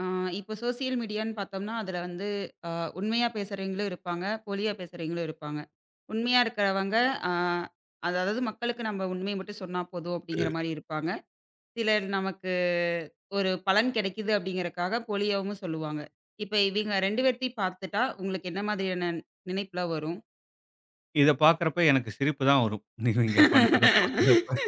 ஆ, இப்போ சோசியல் மீடியான்னு பார்த்தோம்னா, அதுல வந்து அ உண்மையா பேசுறவங்களும் இருப்பாங்க, போலியா பேசுறவங்களும் இருப்பாங்க. உண்மையா இருக்கிறவங்க அ அதாவது மக்களுக்கு நம்ம உண்மைய மட்டும் சொன்னா போதும் அப்படிங்கிற மாரி இருப்பாங்க. சிலர் நமக்கு ஒரு பலன் கிடைக்குது அப்படிங்கிறக்காக போலியாவும் சொல்லுவாங்க. இப்ப இவங்க 2 பேத்தையும் பார்த்துட்டா உங்களுக்கு என்ன மாதிரியான நினைப்புல வரும்? இத பார்க்கிறப்ப எனக்கு சிரிப்பு தான் வரும். நீங்க பண்றத பார்க்கிறப்ப.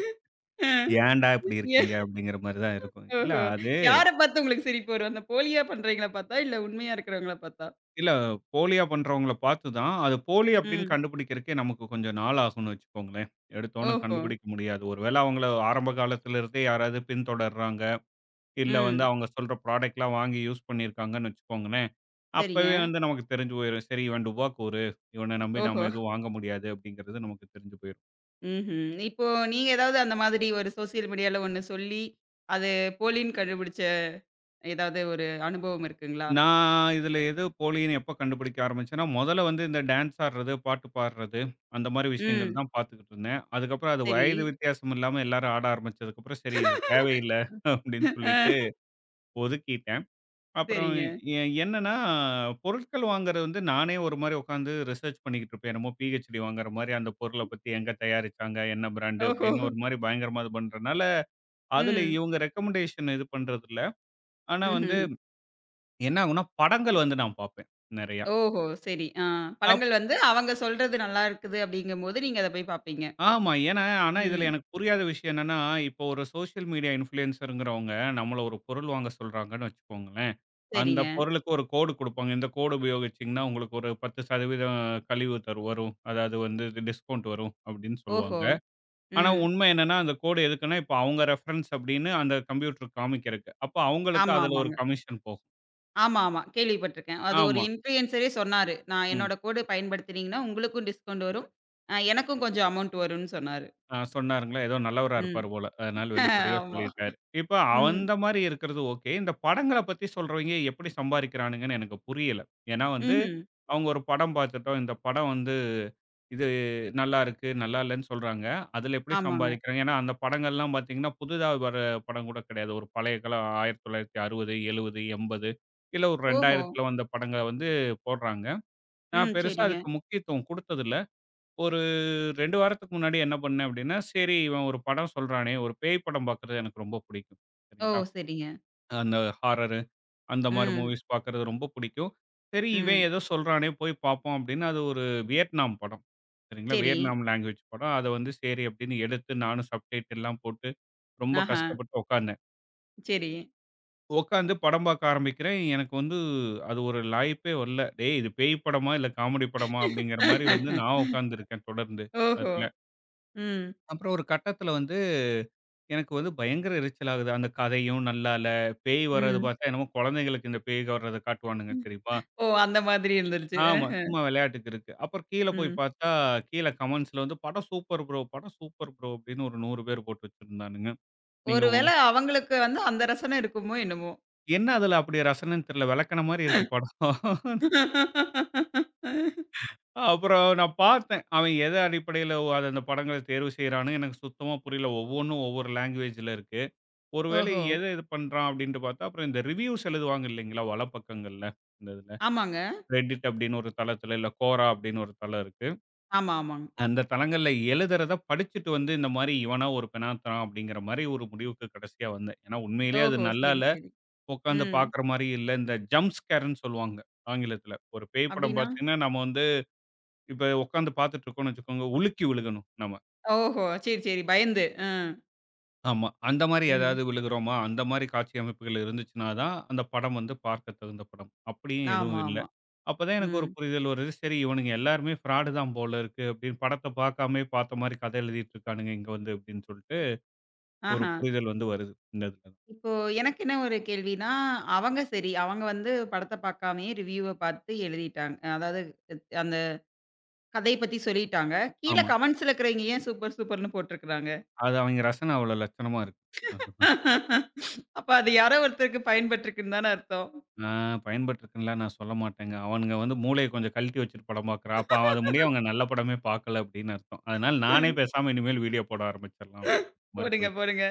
ஏன்டா இப்படி ஏ இருக்கீங்க? அப்படிங்கிற மாரி தான் இருக்கும். இல்ல ஓஹோ! அது யார பார்த்து உங்களுக்கு சிரிப்பு வரும்? அந்த போலியா பண்றவங்கள பார்த்தா, இல்ல உண்மையா இருக்கிறவங்கள பார்த்தா? இல்ல போலியா பண்றவங்கள பார்த்து தான், அது போலி அப்படின்னு ம். கண்டுபிடிக்கிறக்கே நமக்கு கொஞ்சம் நாள் ஆகும்னு வச்சுக்கோங்களேன். எடுத்தோனே ஓஹோ! கண்டுபிடிக்க முடியாது. ஒரு வேள அவங்கள ஆரம்ப காலத்துல இருந்தே யாராவது பின்தொடர்றாங்க, இல்ல வந்து ம். அவங்க சொல்ற ப்ராடக்ட்லாம் வாங்கி யூஸ் பண்ணியிருக்காங்கன்னு வச்சுக்கோங்களேன், சரிங்க. அப்பவே வந்து நமக்கு தெரிஞ்சு போயிரும். சரி இவன் டுபாக்கூரு, இவன நம்பி ஓஹோ! நம்ம எதுவும் வாங்க முடியாது அப்படிங்கிறது நமக்கு தெரிஞ்சு போயிரும். ம்ஹ்ம். இப்போ நீங்க ஏதாவது அந்த மாதிரி ஒரு சோசியல் மீடியால ஒண்ணு சொல்லி, அது போலின்னு கண்டுபிடிச்ச ஏதாவது ஒரு அனுபவம் இருக்குங்களா? நான் இதில எது போலின்னு எப்ப கண்டுபிடிக்க ஆரம்பிச்சேன்னா, மொதல்ல வந்து இந்த டான்ஸ் ஆடுறது, பாட்டு பாடுறது, அந்த மாரி விஷயங்கள் ம். தான் பார்த்துக்கிட்டு இருந்தேன். அதுக்கப்புறம் அது சரி. வயது வித்தியாசம் இல்லாம எல்லாரும் ஆட ஆரம்பிச்சதுக்கப்புறம், சரி இது தேவையில்ல அப்படின்னு அ சொல்லிட்டு ஒதுக்கிட்டேன். அப்புறம் சரிங்க. என்னன்னா, பொருட்கள் வாங்குறது வந்து நானே ஒரு மாரி உட்காந்து ரிசர்ச் பண்ணிக்கிட்டு இருப்பேன். என்னமோ பிஹெச்டி வாங்குற மாரி அந்த பொருள பத்தி எங்க தயாரிச்சாங்க, என்ன பிராண்டு ஓஹோ! அப்படின்னு ஒரு மாரி பயங்கரமா இது பண்றனால, அதில ம். இவங்க ரெக்கமெண்டேஷன் இது பண்றதில்ல. ஆனா வந்து ம்ஹ்ம். என்ன ஆகும்னா, படங்கள் வந்து நான் பார்ப்பேன் நெறையா. ஓஹோ! சரி. ஆ. படங்கள் வந்து அவங்க சொல்றது நல்லா இருக்குது அப்படிங்கும்போது நீங்க அத போய் பார்ப்பீங்க. ஆமா. ஏன்னா, ஆனா இதில ம். எனக்கு புரியாத விஷயம் என்னன்னா, இப்போ ஒரு சோஷியல் மீடியா இன்ஃப்ளூயன்ஸர்ங்கிறவங்க நம்மள ஒரு பொருள் வாங்க சொல்றாங்கன்னு வச்சுக்கோங்களேன். அந்த சரிங்க. பொருளுக்கு ஒரு கோடு குடுப்பாங்க. இந்த கோடு உபயோகிச்சீங்கன்னா, உங்களுக்கு ஒரு 10% கழிவு தரு வரும். அதாவது வந்து டிஸ்கவுண்ட் வரும் அப்படின்னு ஓஹோ! சொல்லுவாங்க. ஆனா ம். உண்மை என்னன்னா, அந்த கோடு எதுக்குன்னா, இப்போ அவங்க ரெஃபரன்ஸ் அப்படின்னு அந்த கம்ப்யூட்டர் காமிக்கிறக்கு. அப்போ அவங்களுக்கு ஆமா, அதில ஒரு ஆமாங்க. கமிஷன் போகும். ஆமா, ஆமா. கேள்விப்பட்டுருக்கேன். அது ஒரு ஆமா. இன்ஃப்ளூயன்சரே சொன்னாரு. நான் ம். என்னோட கோடு பயன்படுத்துனீங்கன்னா, உங்களுக்கும் டிஸ்கவுண்ட் வரும். எனக்கும் கொஞ்சம் அமௌண்ட் வரும்னு சொன்னாரு. ஆ சொன்னாருங்களா? ஏதோ நல்லவரா ம். இருப்பார் போல. அதனால வெளிப்படையா ஆமா. சொல்லிட்டாரு. இப்ப ம். அந்த மாரி இருக்கிறது ஓகே. இந்த படங்கள பத்தி சொல்றவய்ங்க எப்படி சம்பாரிக்கிறானுங்கன்னு எனக்கு புரியல. ஏன்னா வந்து, ம்ஹ்ம். அவங்க ஒரு படம் பார்த்துட்டோம். இந்த படம் வந்து இது நல்லா இருக்கு, நல்லா இல்லன்னு சொல்றாங்க. அதுல எப்படி ஆமாங்க. சம்பாரிக்கிறாங்க? ஏன்னா அந்த படங்கள்லாம் பார்த்தீங்கன்னா, புதிதா வர படம் கூட கிடையாது. ஒரு பழைய காலம் 1960, 70, 80 இல்ல ஒரு ஓஹோ! 2000த்துல வந்த படங்கள வந்து போடுறாங்க. நான் ம். பெருசா சரிங்க. அதுக்கு முக்கியத்துவம் குடுத்ததில்ல. ஒரு 2 வாரத்துக்கு முன்னாடி என்ன பண்ணேன் அப்படின்னா, சரி இவன் ஒரு படம் சொல்றானே, ஒரு பேய் படம் பார்க்குறது எனக்கு ரொம்ப பிடிக்கும். ஓ! சரிங்களா? சரிங்க. அந்த ஹாரரு அந்த மாரி ம். மூவிஸ் பார்க்குறது ரொம்ப பிடிக்கும். சரி இவன் ம். ஏதோ சொல்றானே போய் பார்ப்போம் அப்படின்னு, அது ஒரு வியட்நாம் படம். சரிங்களா? சரி. வியட்நாம் லாங்குவேஜ் படம். அத வந்து சரி அப்படின்னு எடுத்து நானும் சப்டைட்டில்லாம் போட்டு ரொம்ப ஆஹா. கஷ்டப்பட்டு உட்கார்ந்தேன். சரி. உட்கார்ந்து படம் பார்க்க ஆரம்பிக்கிறேன். எனக்கு வந்து அது ஒரு லாய்ப்பே வரல. "டேய் இது பேய் படமா? இல்ல காமெடி படமா?" அப்படிங்கிற மாரி வந்து நான் உட்கார்ந்துருக்கேன் தொடர்ந்து ஓஹோ! அதுல. ம். அப்புறம் ஒரு கட்டத்தில வந்து எனக்கு வந்து பயங்கர எரிச்சல் ஆகுது. அந்த கதையும் நல்லா இல்ல. பேய் வர்றது ம். பார்த்தா என்னமோ குழந்தைங்களுக்கு இந்த பேய் வர்றத காட்டுவானுங்க தெரியுமா? ஓ! அந்த மாதிரி இருந்துருச்சு. ஆமா. சும்மா விளையாட்டுக்கு இருக்கு. அப்புறம் கீழ போய் ம். பார்த்தா, கீழ கமெண்ட்ஸ்ல வந்து "படம் சூப்பர் ப்ரோ! படம் சூப்பர் ப்ரோ!" அப்படின்னு ஒரு 100 பேர் போட்டு வச்சிருந்தானுங்க. நீங்க ஒரு வேள அவங்களுக்கு வந்து அந்த ரசனை இருக்குமோ என்னமோ! என்ன அதுல அப்படி ரசனைன்னு தெரியல. விளக்குன மாரி இருக்கு படம். அப்புறம் நான் பார்த்தேன். அவன் எத அடிப்படையில அது அந்த படங்கள தேர்வு செய்றான்னு எனக்கு சுத்தமா புரியல. ஒவ்வொன்னும் ஒவ்வொரு லேங்குவேஜ்ல இருக்கு. ஒருவேளை ஓஹோ! எத இது பண்றான் அப்படின்னு பார்த்தா, அப்புறம் இந்த ரிவ்யூஸ் எழுதுவாங்க இல்லைங்களா? வலப்பக்கங்கள்ல, இந்த இதுல. ஆமாங்க. Reddit அப்படின்னு ஒரு தளத்துல, இல்ல Quora அப்படின்னு ஒரு தளம் இருக்கு. ஆமா, ஆமாங்க. அந்த தளங்கள்ல எழுதுறத படிச்சுட்டு வந்து இந்த மாரி இவனா ஒரு பெனாத்தரான் அப்படிங்கிற மாரி ஒரு முடிவுக்கு கடைசியா வந்தேன். ஏன்னா உண்மையிலேயே அது ஓஹோ! நல்லா சரி, இல்ல. சரி. உட்காந்து ம். பார்க்குற மாரி இல்ல. இந்த ஜம்ப் ஸ்கேர்ன்னு சொல்லுவாங்க ஆங்கிலத்துல. ஒரு பேய் படம் அப்டின்னா? பார்த்தீங்கன்னா, நம்ம வந்து இப்ப உட்காந்து பார்த்துட்டு இருக்கோம்னு வச்சுக்கோங்க, உலுக்கி விழுகணும் நம்ம. ஓஹோ! சரி, சரி. பயந்து. அ. ஆமா. அந்த மாரி ம். ஏதாவது விழுகுறோமா? அந்த மாரி காட்சி அமைப்புகள் இருந்துச்சுனா தான், அந்த படம் வந்து பார்க்க தகுந்த படம். அப்படியும் எதுவும் ஆமா, இல்ல. ஆமா. அப்பதான் எனக்கு ஒரு ம். புரிதல் வருது. சரி இவனுங்க எல்லாருமே ஃப்ராடு தான் போல இருக்கு அப்படின்னு படத்த பார்க்காமயே பார்த்த மாரி கதை எழுதிட்டு இருக்கானுங்க இங்க வந்து அப்படின்னு சொல்லிட்டு, ஒரு ஆஹா. புரிதல் வந்து வருது. இந்த இதுல. இப்போ எனக்கு என்ன ஒரு கேள்வின்னா, அவங்க சரி, அவங்க வந்து படத்த பார்க்காமயே ரிவ்யூவ பார்த்து எழுதிட்டாங்க. அதாவது அந்த கதைய பத்தி சொல்லிட்டாங்க. கீழ ஆமா. கமெண்ட்ஸ்ல இருக்கிறவைங்க ஏன் சூப்பர் சூப்பர்ன்னு போட்டுருக்காங்க? அது அவங்க ரசனை அவ்வளோ லட்சணமா இருக்கு. அதுதான். அப்ப அது யாரோ ஒருத்தருக்கு பயன்பட்டுருக்குன்னு தானே அர்த்தம். நான் பயன்பட்டுருக்குன்னுலாம் நான் சொல்ல மாட்டேங்க. அவனுங்க வந்து மூளைய கொஞ்சம் கழட்டி வச்சுட்டு படம் பார்க்குறான். அப்ப அது முடிய அவங்க நல்ல படமே பார்க்கல அப்படின்னு அர்த்தம். அதனால நானே பேசாம இனிமேல் வீடியோ போட ஆரம்பிச்சிடலாம் அப்படின்ற மாரி போடுங்க, போய் போடுங்க.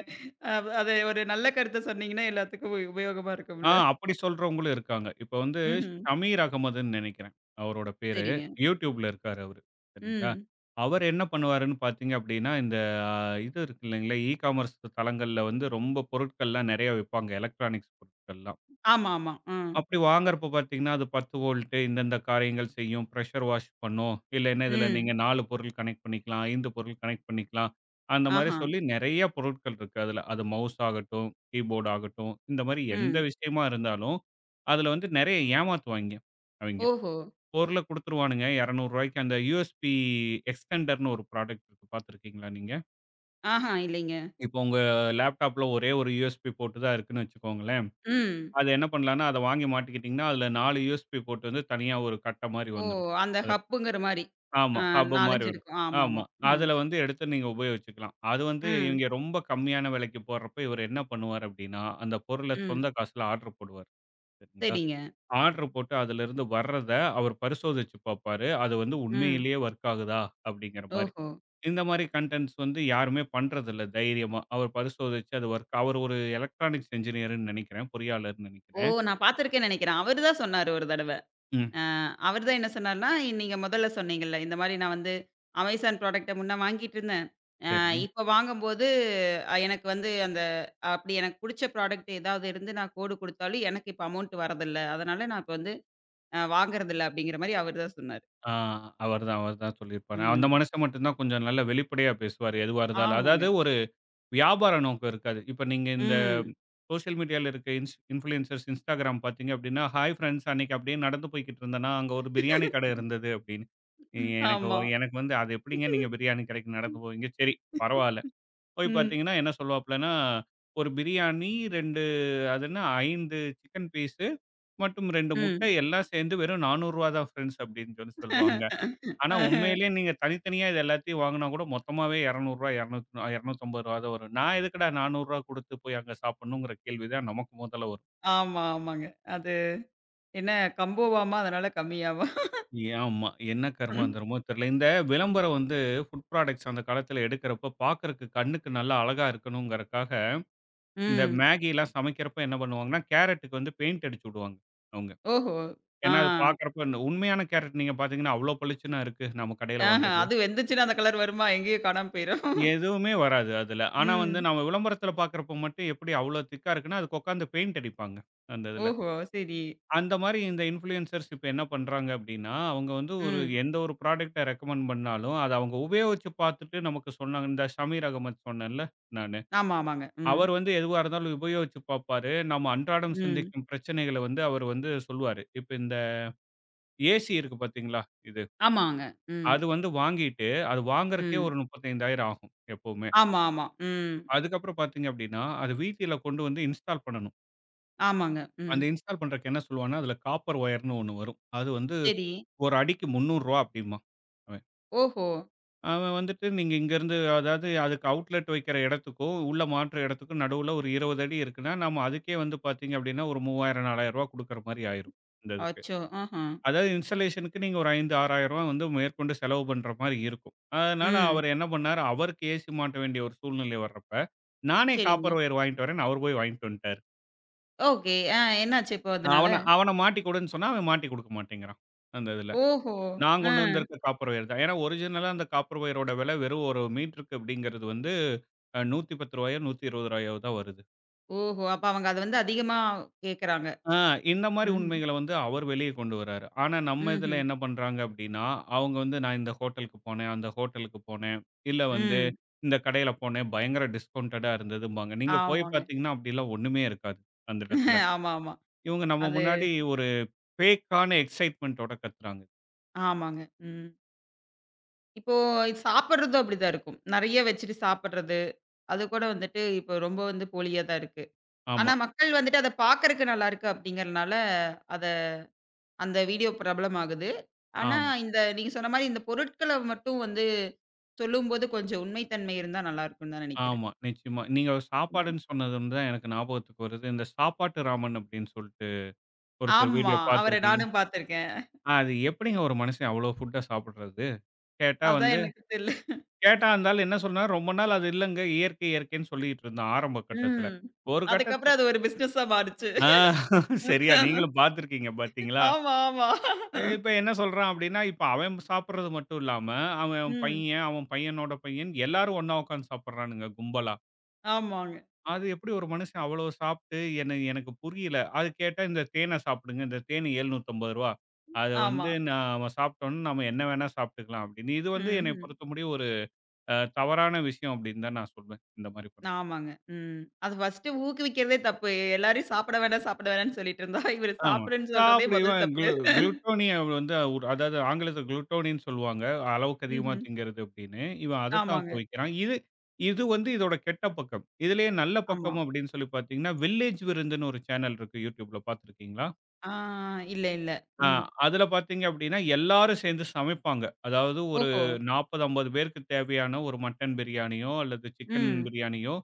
அ அது ஒரு நல்ல கருத்த சொன்னீங்கன்னா எல்லாத்துக்கும் உபயோகமா ஆ இருக்கும்ல. அப்படி சொல்றவங்களும் இருக்காங்க. இப்ப வந்து ம்ஹ்ம். ஷமீர் அகமதுன்னு நெனைக்கிறேன். அவரோட பேரு. சரிங்க. YouTubeல இருக்காரு அவரு. சரிங்களா? ம். அவர் என்ன பண்ணுவாருன்னு பார்த்தீங்க அப்படின்னா, இந்த அ இது இருக்கு இல்லைங்களா? இ காமர்ஸ் தளங்கள்ல வந்து ரொம்ப பொருட்கள்லாம் நெறைய விப்பாங்க. எலக்ட்ரானிக்ஸ் பொருட்கள்லாம். ஆமா, ஆமா. அ. அப்படி வாங்குறப்ப பார்த்தீங்கன்னா, அது 10 வோல்ட் இந்தந்த காரியங்கள் செய்யும். பிரஷர் வாஷ் பண்ணும். இல்லைன்னா இதில ம். நீங்க 4 பொருள் கனெக்ட் பண்ணிக்கலாம். 5 பொருள் கனெக்ட் பண்ணிக்கலாம். அந்த மாரி ஆஹா. சொல்லி நெறைய பொருட்கள் இருக்கு அதுல. அது மவுஸ் ஆகட்டும், கீபோர்ட் ஆகட்டும், இந்த மாரி எந்த ம். விஷயமா இருந்தாலும், அதுல வந்து நெறைய ஏமாத்துவாய்ங்க அவைங்க. ஓஹோ! பொருள குடுத்துருவானுங்க. ரூ. 200 அந்த யூஎஸ்பி எக்ஸ்டெண்டர்ன்னு ஒரு ப்ராடக்ட் இருக்கு. பார்த்துருக்கீங்களா நீங்க? ஆஹா, இல்லைங்க. இப்போ உங்க லேப்டாப்ல ஒரே ஒரு யூஎஸ்பி போர்ட் தான் இருக்குன்னு வச்சுக்கோங்களேன். ம். அது என்ன பண்ணலாம்ன்னா, அத வாங்கி மாட்டிக்கிட்டீங்கன்னா, அதில 4 யூஎஸ்பி போர்ட் வந்து தனியா ஒரு கட்ட மாரி ஓ! வந்துரும். அந்த அதில. ஹப்புங்கிற மாரி. ஆமா. ஆ ஹப் 4, மாரி 5 வரும். இருக்கும். ஆமா. ஆமாமா. ம். அதில வந்து எடுத்து நீங்க உபயோகிச்சுக்கலாம். அது வந்து ம். இவங்க ரொம்ப கம்மியான விலைக்கு போடுறப்ப, இவரு என்ன பண்ணுவாரு அப்டின்னா, அந்த பொருள ம். சொந்த காசுல ஆர்டர் போடுவாரு. சரிங்களா? சரிங்க. ஆர்டர் போட்டு அதிலிருந்து வர்றத அவர் பரிசோதிச்சு பார்ப்பாரு. அது வந்து ம். உண்மையிலேயே வொர்க் ஆகுதா? அப்டிங்கிற மாரி. ஓஹோ! இந்த மாரி கன்டென்ட்ஸ் வந்து யாருமே பண்றதில்ல தைரியமா. அவர் பரிசோதிச்சு அது வொர்க் அவர் ஒரு எலக்ட்ரானிக்ஸ் என்ஜினியர்ன்னு நெனைக்கிறேன். பொறியாளர்ன்னு ஓ! நெனைக்கிறேன். நான் பார்த்துருக்கேன்னு நெனைக்கிறேன். அவரு தான் சொன்னாரு ஒரு தடவ. ம். அ அவரு தான் என்ன சொன்னாருன்னா, நீங்க முதல்ல சொன்னீங்கல்ல, இந்த மாரி நான் வந்து அமேசான் ப்ராடக்ட்ட முன்ன வாங்கிட்டுருந்தேன். அ சரி. இப்ப வாங்கும்போது எனக்கு வந்து அந்த அப்படி எனக்கு புடிச்ச ப்ராடக்ட் ஏதாவது இருந்து நான் கோடு குடுத்தாலும், எனக்கு இப்ப அமௌண்ட் வரதில்ல. அதனால நான் இப்ப வந்து வாங்குறதில்ல அப்படிங்கிற மாரி அவரு தான் சொன்னாரு. ஆ அவர்தான், அவர்தான் சொல்லியிருப்பாரு. அந்த ம். மனுஷன் மட்டும் தான் கொஞ்சம் நல்லா வெளிப்படையா பேசுவாரு. எதுவா இருந்தாலும். ஆமாங்க. அதாவது ஒரு வியாபார நோக்கம் இருக்காது. இப்ப நீங்க இந்த ம். சோசியல் மீடியால இருக்க இன்ஃப்ளூயன்சர்ஸ் Instagram பார்த்தீங்க அப்படின்னா, "ஹாய் ஃபிரெண்ட்ஸ் அன்னைக்கு அப்படியே நடந்து போய்க்கிட்டு இருந்தேன்னா, அங்க ஒரு பிரியாணி கடை இருந்தது" அப்படின்னு. ஆமா. எனக்கு வந்து அது எப்படிங்க நீங்க பிரியாணி கடைக்கு நடந்து போவீங்க? சரி பரவால்ல. போய் ம். பார்த்தீங்கன்னா என்ன சொல்லுவாப்லன்னா, "ஒரு பிரியாணி, 2 அது என்ன 5 சிக்கன் பீஸு மற்றும் 2 முட்டை ம். எல்லாம் சேர்ந்து வெறும் ரூ. 400 தான் ஃபிரெண்ட்ஸ்" அப்படின்னு சொல்லி சொல்லுவாங்க. ஆனா உண்மையிலேயே நீங்க தனித்தனியா இது எல்லாத்தையும் வாங்குனா கூட மொத்தமாவே ரூ. 200 200 250 ரூவா தான் வரும். நான் எதுக்குடா ரூ. 400 குடுத்து போய் அங்க சாப்பிடணுங்கிற கேள்வி தான் நமக்கு மொதல்ல வரும். ஆமா, ஆமாங்க. அது என்ன கம்போவாமா? அதனால கம்மியாவா? ஏ, ஆமா. என்ன கருமாந்திரமோ தெரியல. இந்த ம். விளம்பரம் வந்து ஃபுட் ப்ராடக்ட்ஸ் அந்த காலத்துல எடுக்கிறப்ப பார்க்கறக்கு கண்ணுக்கு நல்லா அழகா இருக்கணுங்கிறக்காக, இந்த ம். மேகிலாம் சமைக்கிறப்ப என்ன பண்ணுவாங்கன்னா, கேரட்டுக்கு வந்து பெயிண்ட் அடிச்சு விடுவாங்க அவங்க. ஓஹோ! ஆ. ஏன்னா அது பார்க்கறப்ப உண்மையான கேரட் நீங்க பார்த்தீங்கன்னா, அவ்ளோ பளிச்சுன்னு இருக்கு நம்ம கடையில ஆஹ வாங்குறது. அது வெந்துச்சுன்னா அந்த கலர் வருமா? எங்கேயோ காணாம போயிரும். எதுவுமே வராது அதுல. ஆனா வந்து ம். நம்ம விளம்பரத்துல பார்க்கிறப்ப மட்டும் எப்படி அவ்ளோ திக்கா இருக்குன்னா, அதுக்கு உட்கார்ந்து பெயிண்ட் அடிப்பாங்க, அந்த இதுல. ஓஹோ! சரி. அந்த மாரி இந்த இன்ஃப்ளூயன்சர்ஸ் இப்ப என்ன பண்றாங்க அப்படின்னா, அவங்க வந்து ஒரு ம். எந்த ஒரு ப்ராடக்ட்ட ரெக்கமெண்ட் பண்ணாலும், அத அவங்க உபயோகிச்சு பார்த்துட்டு நமக்கு சொன்னாங்க. இந்த ஷமீர் அகமது சொன்னேன்ல நானு. ஆமா, ஆமாங்க. ம். அவர் வந்து எதுவா இருந்தாலும் உபயோகிச்சு பார்ப்பாரு. நம்ம அன்றாடம் ம். சந்திக்கும் பிரச்சனைகள வந்து அவர் வந்து சொல்லுவாரு. இப்ப இந்த ஏசி இருக்கு பார்த்தீங்களா? இது. ஆமாங்க. ம், அது வந்து வாங்கிட்டு, அது வாங்குறதுக்கே ம். ஒரு 35,000 ஆகும் எப்பவுமே. ஆமா, ஆமா. ம். அதுக்கப்புறம் பார்த்தீங்க அப்படின்னா, அது வீதியில கொண்டு வந்து இன்ஸ்டால் பண்ணணும். ஆமாங்க. ம். அந்த இன்ஸ்டால் பண்றதுக்கு என்ன சொல்லுவான்னா, அதில காப்பர் ஒயர்ன்னு ஒண்ணு வரும். அது வந்து சரி. ஒரு அடிக்கு ரூ. 300 அப்படிம்பான் அவன். ஓஹோ! அவன் வந்துட்டு நீங்க இங்கேருந்து அதாவது அதுக்கு அவுட்லெட் வைக்கிற இடத்துக்கும், உள்ள மாற்ற இடத்துக்கும் நடுவுல ஒரு 20 அடி இருக்குன்னா, நம்ம அதுக்கே வந்து பார்த்தீங்க அப்படின்னா, ஒரு 3,000 ரூ. 4,000 குடுக்குற மாரி ஆயிரும் இந்த இதுக்கு. அச்சோ! ஆஹ. அதாவது இன்ஸ்டாலேஷனுக்கு நீங்க ஒரு 5, 6,000 வந்து மேற்கொண்டு செலவு பண்ற மாரி இருக்கும். அதனால அவர் ம். என்ன பண்ணாரு, அவருக்கு ஏசி மாட்ட வேண்டிய ஒரு சூழ்நிலை வர்றப்ப, நானே சரிங்க. காப்பர் ஒயர் வாங்கிட்டு வரேன்னு அவர் போய் வாங்கிட்டு வந்துட்டாரு. ஓகே. ஆ என்னாச்சு இப்போ அதனால? அவன அவன மாட்டிக்குடுன்னு சொன்னா, அவன் மாட்டி குடுக்க மாட்டேங்கிறான். அந்த இதுல. ஓஹோ! நான் ஆ. கொண்டு வந்திருக்க காப்பர் வயர் தான். ஏன்னா ஒரிஜினலா அந்த காப்பர் வயரோட விலை வெறும் 1 மீட்டருக்கு அப்படிங்கிறது வந்து ரூ. 110 ரூ. 120 தான் வருது. ஓஹோ! அப்ப அவங்க அத வந்து அதிகமா கேட்கறாங்க. ஆ இந்த மாரி ம்ஹ்ம். உண்மைகள வந்து அவர் வெளிய கொண்டு வராரு. ஆனா நம்ம இதுல ம்ஹ்ம். என்ன பண்றாங்க அப்படின்னா, அவங்க வந்து நான் இந்த ஹோட்டலுக்கு போனேன், அந்த ஹோட்டலுக்கு போனேன், இல்ல வந்து ம். இந்த கடையில போனேன், பயங்கர டிஸ்கவுண்டடா இருந்ததும்பாங்க. நீங்க போய் ஆமாங்க. பார்த்தீங்கன்னா, அப்படிலாம் ஒண்ணுமே இருக்காது, அந்த இடத்துல. ஆமா, ஆமா. இவங்க நம்ம அது முன்னாடி ஒரு ஃபேக்கான எக்ஸைட்மென்ட்டோட கத்துறாங்க. ஆமாங்க. ம். இப்போ சாப்பிடுறதும் அப்படித்தான் இருக்கும். நெறைய வச்சுட்டு சாப்பிடுறது, அது கூட வந்துட்டு இப்போ ரொம்ப வந்து போலியா தான் இருக்கு. ஆனா ஆமா. மக்கள் வந்துட்டு அத பார்க்கறக்கு நல்லா இருக்கு அப்படிங்கிறனால, அத அந்த வீடியோ பிரபலம் ஆகுது. ஆனா ஆமா, இந்த நீங்க சொன்ன மாரி இந்த பொருட்கள மட்டும் வந்து சொல்லும்போது கொஞ்சம் உண்மை தன்மை இருந்தா நல்லா இருக்கும்னு தான் நெனைக்கிறேன். ஆமா. நிச்சயமா. நீங்க ம். சாப்பாடுன்னு சொன்னதும் தான் எனக்கு ஞாபகத்துக்கு வருது. இந்த சாப்பாட்டு ராமன் அப்படின்னு சொல்லிட்டு ஒருத்தர் ஆமா. வீடியோ அவர பார்த்துருக்கீங்க. நானும் பார்த்திருக்கேன். அது எப்படிங்க ஒரு மனுஷன் அவ்வளோ ஃபுட்ட சாப்பிடுறது? கேட்டா அதான் வந்து எனக்கு தெரியல. கேட்டா அந்த ஆள் என்ன சொன்னார், ரொம்ப நாள் அது இல்லங்க இயற்கை, இயற்கைன்னு சொல்லிட்டு இருந்தான் ஆரம்ப கட்டத்துல. ம். ஒரு கட்டத்துல அதுக்கப்புறம் அது ஒரு பிசினஸா மாறுச்சு. ஆ சரியா நீங்களும் பார்த்துருக்கீங்க பார்த்தீங்களா? ஆமா, ஆமா. இப்ப என்ன சொல்றான் அப்படின்னா, இப்ப அவன் சாப்பிடுறது மட்டும் இல்லாம, அவன் ம். பையன், அவன் பையனோட பையன் எல்லாரும் ஒண்ணா உட்கார்ந்து சாப்பிடுறானுங்க கும்பலா. ஆமாங்க. அது எப்படி ஒரு மனுஷன் அவ்வளோ சாப்பிட்டு என்ன எனக்கு புரியல. அது கேட்டா இந்த தேனை சாப்பிடுங்க. இந்த தேனு ரூ. 750. அத ஆமா. வந்து நாம சாப்பிட்டோம்னா, நாம என்ன வேணா சாப்பிட்டுக்கலாம் அப்படின்னு. இது வந்து என்னை ம்ஹ்ம். பொறுத்தமுடிய ஒரு தவறான விஷயம் அப்படின்னு தான் நான் சொல்வேன். இந்த மாரி பண்றது. ஆமாங்க. ம். அது ஃபர்ஸ்ட்டு ஊக்குவிக்கிறதே தப்பு. எல்லாரையும் சாப்பிட வேண்டாம், சாப்பிட வேணாம்ன்னு சொல்லிட்டு இருந்தா, இவரு ஆமா. சாப்பிடுன்னு சொல்றதே சாப்பிடு முதல் இவன் தப்பு. குளுட்டோனிய வந்து ஒரு அதாவது ஆங்கிலத்தில குளுட்டோனின்னு சொல்லுவாங்க. அளவுக்கு அதிகமா ம்ஹ்ம். திங்கிறது அப்படின்னு. இவன் அதத்தான் ஆமாங்க. குவிக்கிறான். இது இது வந்து இதோட கெட்ட பக்கம். இதிலேயே நல்ல ஆமா. பக்கம் அப்படின்னு சொல்லி பார்த்தீங்கன்னா, வில்லேஜ் விருந்துன்னு ஒரு சேனல் இருக்கு YouTubeல பார்த்துருக்கீங்களா? ஆ இல்ல, இல்ல. ஆ ம். அதில பார்த்தீங்க அப்டின்னா, எல்லாரும் சேர்ந்து சமைப்பாங்க. அதாவது ஒரு ஓஹோ! 40, 50 பேருக்கு தேவையான ஒரு மட்டன் பிரியாணியோ, அல்லது சிக்கன் ம். பிரியாணியோ,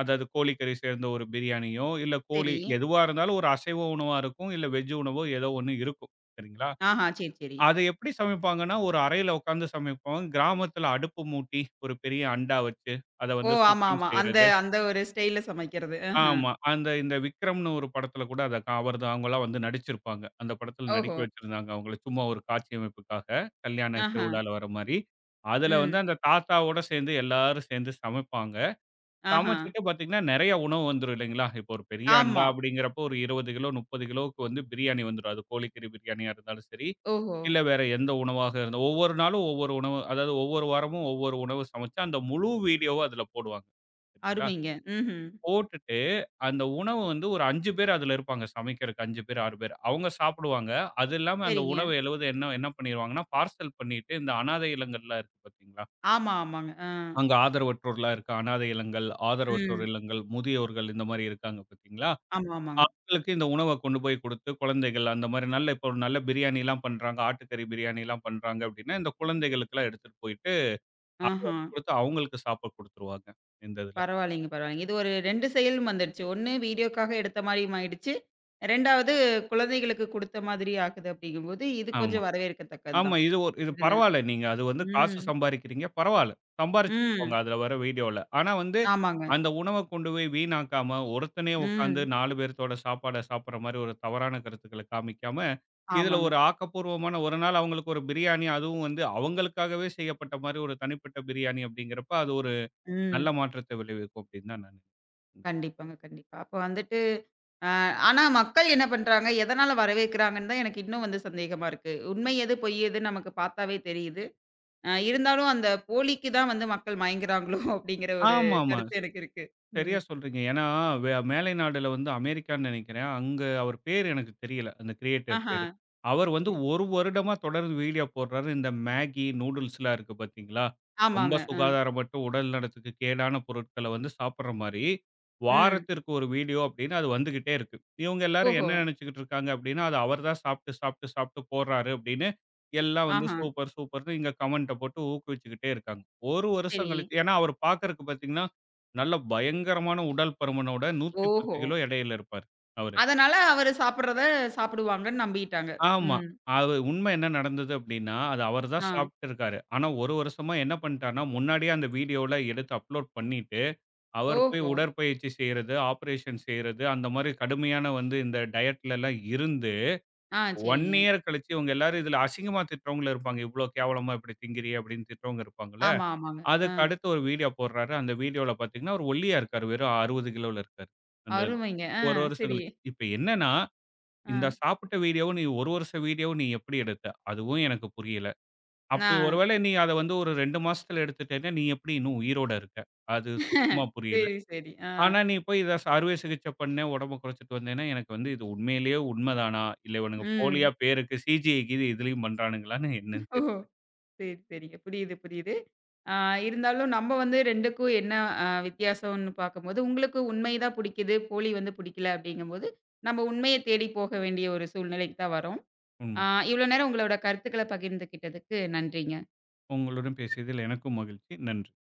அதாவது கோழிக்கறி சேர்ந்த ஒரு பிரியாணியோ, இல்ல கோழி சரி. எதுவா இருந்தாலும் ஒரு அசைவ உணவா இருக்கும். இல்ல வெஜ் உணவோ ஏதோ ஒண்ணு இருக்கும். சரிங்களா? ஆஹா. சரி, சரி. அத எப்படி சமைப்பாங்கன்னா, ஒரு அறையில உட்கார்ந்து சமைப்போம். கிராமத்தில அடுப்பு மூட்டி, ஒரு பெரிய அண்டா வச்சு, அத ஓ! வந்து ஆமா, சுத்தம் ஆமா. அந்த செய்றது. அந்த ஒரு ஸ்டைல்ல சமைக்கிறது. அ. ஆமா. அந்த இந்த விக்ரம்னு ஒரு படத்துல கூட அத அவர் தான் அவங்கலாம் வந்து நடிச்சிருப்பாங்க. அந்த படத்துல நடிக்க ஓஹோ! வச்சிருந்தாங்க அவங்கள சும்மா ஒரு காட்சியமைப்புக்காக, கல்யாண ஆஹா. திருவிழால வர மாரி. அதுல வந்து ம். அந்த தாத்தாவோட சேர்ந்து எல்லாரும் சேர்ந்து சமைப்பாங்க. ஆஹா. சமைச்சுட்டு பார்த்தீங்கன்னா, நெறைய உணவு வந்துரும் இல்லைங்களா? இப்போ ஒரு பெரிய அண்டா ஆமா. அப்படிங்கிறப்போ ஒரு 20 கிலோ, 30 கிலோவுக்கு வந்து பிரியாணி வந்துரும். அது கோழிக்கறி பிரியாணியா இருந்தாலும் சரி, ஓஹோ! இல்ல வேற எந்த உணவாக இருந்தா ஒவ்வொரு நாளும் ஒவ்வொரு உணவு அதாவது ஒவ்வொரு வாரமும் ஒவ்வொரு உணவு சமைச்சு அந்த முழு வீடியோவ அதுல போடுவாங்க. சரிங்களா? அருமைங்க. ம்ஹ்ம். போட்டுட்டு, அந்த உணவு வந்து ஒரு 5 பேர் அதுல இருப்பாங்க. சமைக்கிறதுக்கு 5 பேர், 6 பேர். அவங்க சாப்பிடுவாங்க. அது இல்லாம அந்த சரிங்க. உணவு எழுவது என்ன என்ன பண்ணிருவாங்கன்னா, பார்சல் பண்ணிட்டு இந்த அனாதை இல்லங்கள்லாம் இருக்கு பார்த்தீங்களா? ஆமா, ஆமாங்க. ஆ. அங்க ஆதரவற்றோர்லாம் இருக்கு. அனாதை இல்லங்கள், ஆதரவற்றோர் ம். இல்லங்கள், முதியோர்கள் இந்த மாரி இருக்காங்க பார்த்தீங்களா? ஆமா, ஆமாங்க. அவங்களுக்கு இந்த உணவ கொண்டு போய் குடுத்து, குழந்தைகள் அந்த மாரி நல்ல இப்போ ஒரு நல்ல பிரியாணிலாம் பண்றாங்க. ஆட்டுக்கறி பிரியாணிலாம் பண்றாங்க அப்படின்னா, இந்த குழந்தைகளுக்குலாம் எடுத்துட்டு போயிட்டு, அத ஆஹா. வந்து குடுத்து அவங்களுக்கு சாப்பிட குடுத்துருவாங்க. இந்த இதுல. பரவாயில்லைங்க, பரவாயில்லைங்க. இது ஒரு 2 செயலும் வந்துருச்சு. 1 வீடியோக்காக எடுத்த மாரியும் ஆயிடுச்சு. 2வது குழந்தைகளுக்கு குடுத்த மாதிரி ஆகுது அப்படிங்கும்போது, இது ஆமா. கொஞ்சம் வரவேற்கத்தக்கது ஆமா. தான். இது ஒரு இது இதுல. பரவால்ல. நீங்க அது வந்து காசு ம். சம்பாரிக்கிறீங்க. பரவால்ல. சம்பாரிச்சுட்டு போங்க. ம். அதுல வர வீடியோல. ஆனா வந்து, ஆமாங்க. அந்த உணவ கொண்டு போய் வீணாக்காம, ஒருத்தனே உட்காந்து ம். 4 பேர்த்தோட சாப்பாட சாப்பிடுற மாரி ஒரு தவறான கருத்துக்கள காமிக்காம, இதுல ஆமாங்க. ஒரு ஆக்கப்பூர்வமான ஒரு நாள் அவங்களுக்கு ஒரு பிரியாணி, அதுவும் வந்து அவங்களுக்காகவே செய்யப்பட்ட மாரி ஒரு தனிப்பட்ட பிரியாணி அப்படிங்கிறப்ப, அது ஒரு நல்ல ம். மாற்றத்தை விளைவிக்கும் அப்படின்னு தான் நான் நினைக்கிறேன். கண்டிப்பாங்க, கண்டிப்பா. அப்ப வந்துட்டு அ ஆனா மக்கள் என்ன பண்றாங்க? எதனால வரவேற்கிறாங்கன்னு தான் எனக்கு இன்னும் வந்து சந்தேகமா இருக்கு. உண்மை எது, பொய் எதுன்னு நமக்கு பாத்தாவே தெரியுது. இருந்தாலும் அந்த போலிக்கு தான் வந்து மக்கள் மயங்குறாங்களோ! அப்பிடிங்கிற ஒரு ஆமாமா. கருத்து எனக்கு இருக்கு. சரியா ம். சொல்றீங்க. ஏன்னா, வே மேலை நாடுல வந்து அமெரிக்கான்னு நெனைக்கிறேன். அங்க அவர் பேரு எனக்கு தெரியல. அந்த கிரியேட்டர் ஆஹா! பேரு. அவர் வந்து சரி. 1 வருடமா தொடர்ந்து வீடியோ போடுறாரு. இந்த மேகி, நூடுல்ஸ்லாம் இருக்கு பார்த்தீங்களா? ரொம்ப ஆமாங்க. அ. சுகாதாரமற்ற உடல் நலத்துக்கு கேடான பொருட்கள வந்து சாப்பிடுற மாரி, ம். வாரத்திற்கு 1 வீடியோ அப்படின்னு அது வந்துகிட்டே இருக்கு. இவங்க எல்லாரும் ஓஹோ! என்ன நெனச்சுக்கிட்டு இருக்காங்க அப்படின்னா, அது அவர் தான் சாப்பிட்டு, சாப்பிட்டு, சாப்பிட்டு போடுறாரு அப்படின்னு, எல்லாம் வந்து ஆஹா! சூப்பர், சூப்பர்ன்னு இங்க கமெண்ட்ட போட்டு ஊக்குவிச்சுக்கிட்டே இருக்காங்க. 1 வருஷம் சரி. கழிச்சு ஏன்னா அவர் பார்க்கறக்கு பார்த்தீங்கன்னா நல்ல பயங்கரமான உடல் பருமனோட 110 ஓஹோ! கிலோ எடையில இருப்பாரு அவரு. அதனால அவரு சாப்பிட்றத சாப்பிடுவாங்கன்னு நம்பிட்டாங்க. ஆமா. ம். அது உண்மை என்ன நடந்தது அப்படின்னா, அது அவரு தான் ஆ. சாப்பிட்டுருக்காரு. ஆனா, 1 வருஷமா என்ன பண்ணிட்டார்ன்னா, முன்னாடியே அந்த வீடியோலாம் எடுத்து அப்லோட் பண்ணிட்டு, அவர் போய் ஓஹோ! உடற்பயிற்சி செய்றது, ஆப்பரேஷன் செய்றது, அந்த மாரி கடுமையான வந்து இந்த டயட்லலாம் இருந்து, ஆ 1 சரிங்க. இயர் கழிச்சு இவங்க எல்லாரும் இதுல அசிங்கமா திட்டுறவங்களும் இருப்பாங்க. "இவ்ளோ கேவலமா இப்படி திங்கிறியே!" அப்படின்னு திட்டுறவங்க இருப்பாங்கல்ல. ஆமா, ஆமாங்க. ஆ. அதுக்கு அடுத்து ஒரு வீடியோ போடுறாரு. அந்த வீடியோல பார்த்தீங்கன்னா, அவரு ஒல்லியா இருக்காரு. வெறும் 60 கிலோல இருக்காரு. அந்த இதுல. அருமைங்க. ஆ ஒரு வருஷம் சரி. கழிச்சு. இப்ப என்னன்னா, ஆ. இந்த சாப்பிட்ட வீடியோவும், நீ ஒரு வருஷ வீடியோவும் நீ எப்படி எடுத்த? அதுவும் எனக்கு புரியல. ஆ. அப்படி ஒருவேளை நீ அத வந்து ஒரு 2 மாசத்துல எடுத்துட்டேன்னா, நீ எப்படி இன்னும் உயிரோட இருக்க? அது சுத்தமா புரியல. சரி, சரி. ஆ. ஆனா, நீ போய் இத அறுவை சிகிச்சை பண்ணேன், உடம்ப குறைச்சுட்டு வந்தேன்னா, எனக்கு வந்து இது உண்மையிலேயே உண்மைதானா? இல்ல இவனுங்க போலியா ம். பேருக்கு சிஜிஐ கீது இதுலயும் பண்றானுங்களான்னு என்னன்னு தெரியல. ஓஹோ! சரி, சரிங்க. புரியுது, புரியுது. ஆ இருந்தாலும் நம்ம வந்து 2க்கும் என்ன வித்தியாசம்னு பார்க்கும்போது, உங்களுக்கு உண்மை தான் பிடிக்குது, போலி வந்து பிடிக்கல அப்படிங்கும்போது, நம்ம உண்மைய தேடி போக வேண்டிய ஒரு சூழ்நிலைக்கு தான் வரோம். ஆ உண்ம. இவ்வளோ நேரம் உங்களோட கருத்துக்கள பகிர்ந்துக்கிட்டதுக்கு நன்றிங்க. உங்களுடன் பேசியதில் எனக்கும் மகிழ்ச்சி. நன்றி.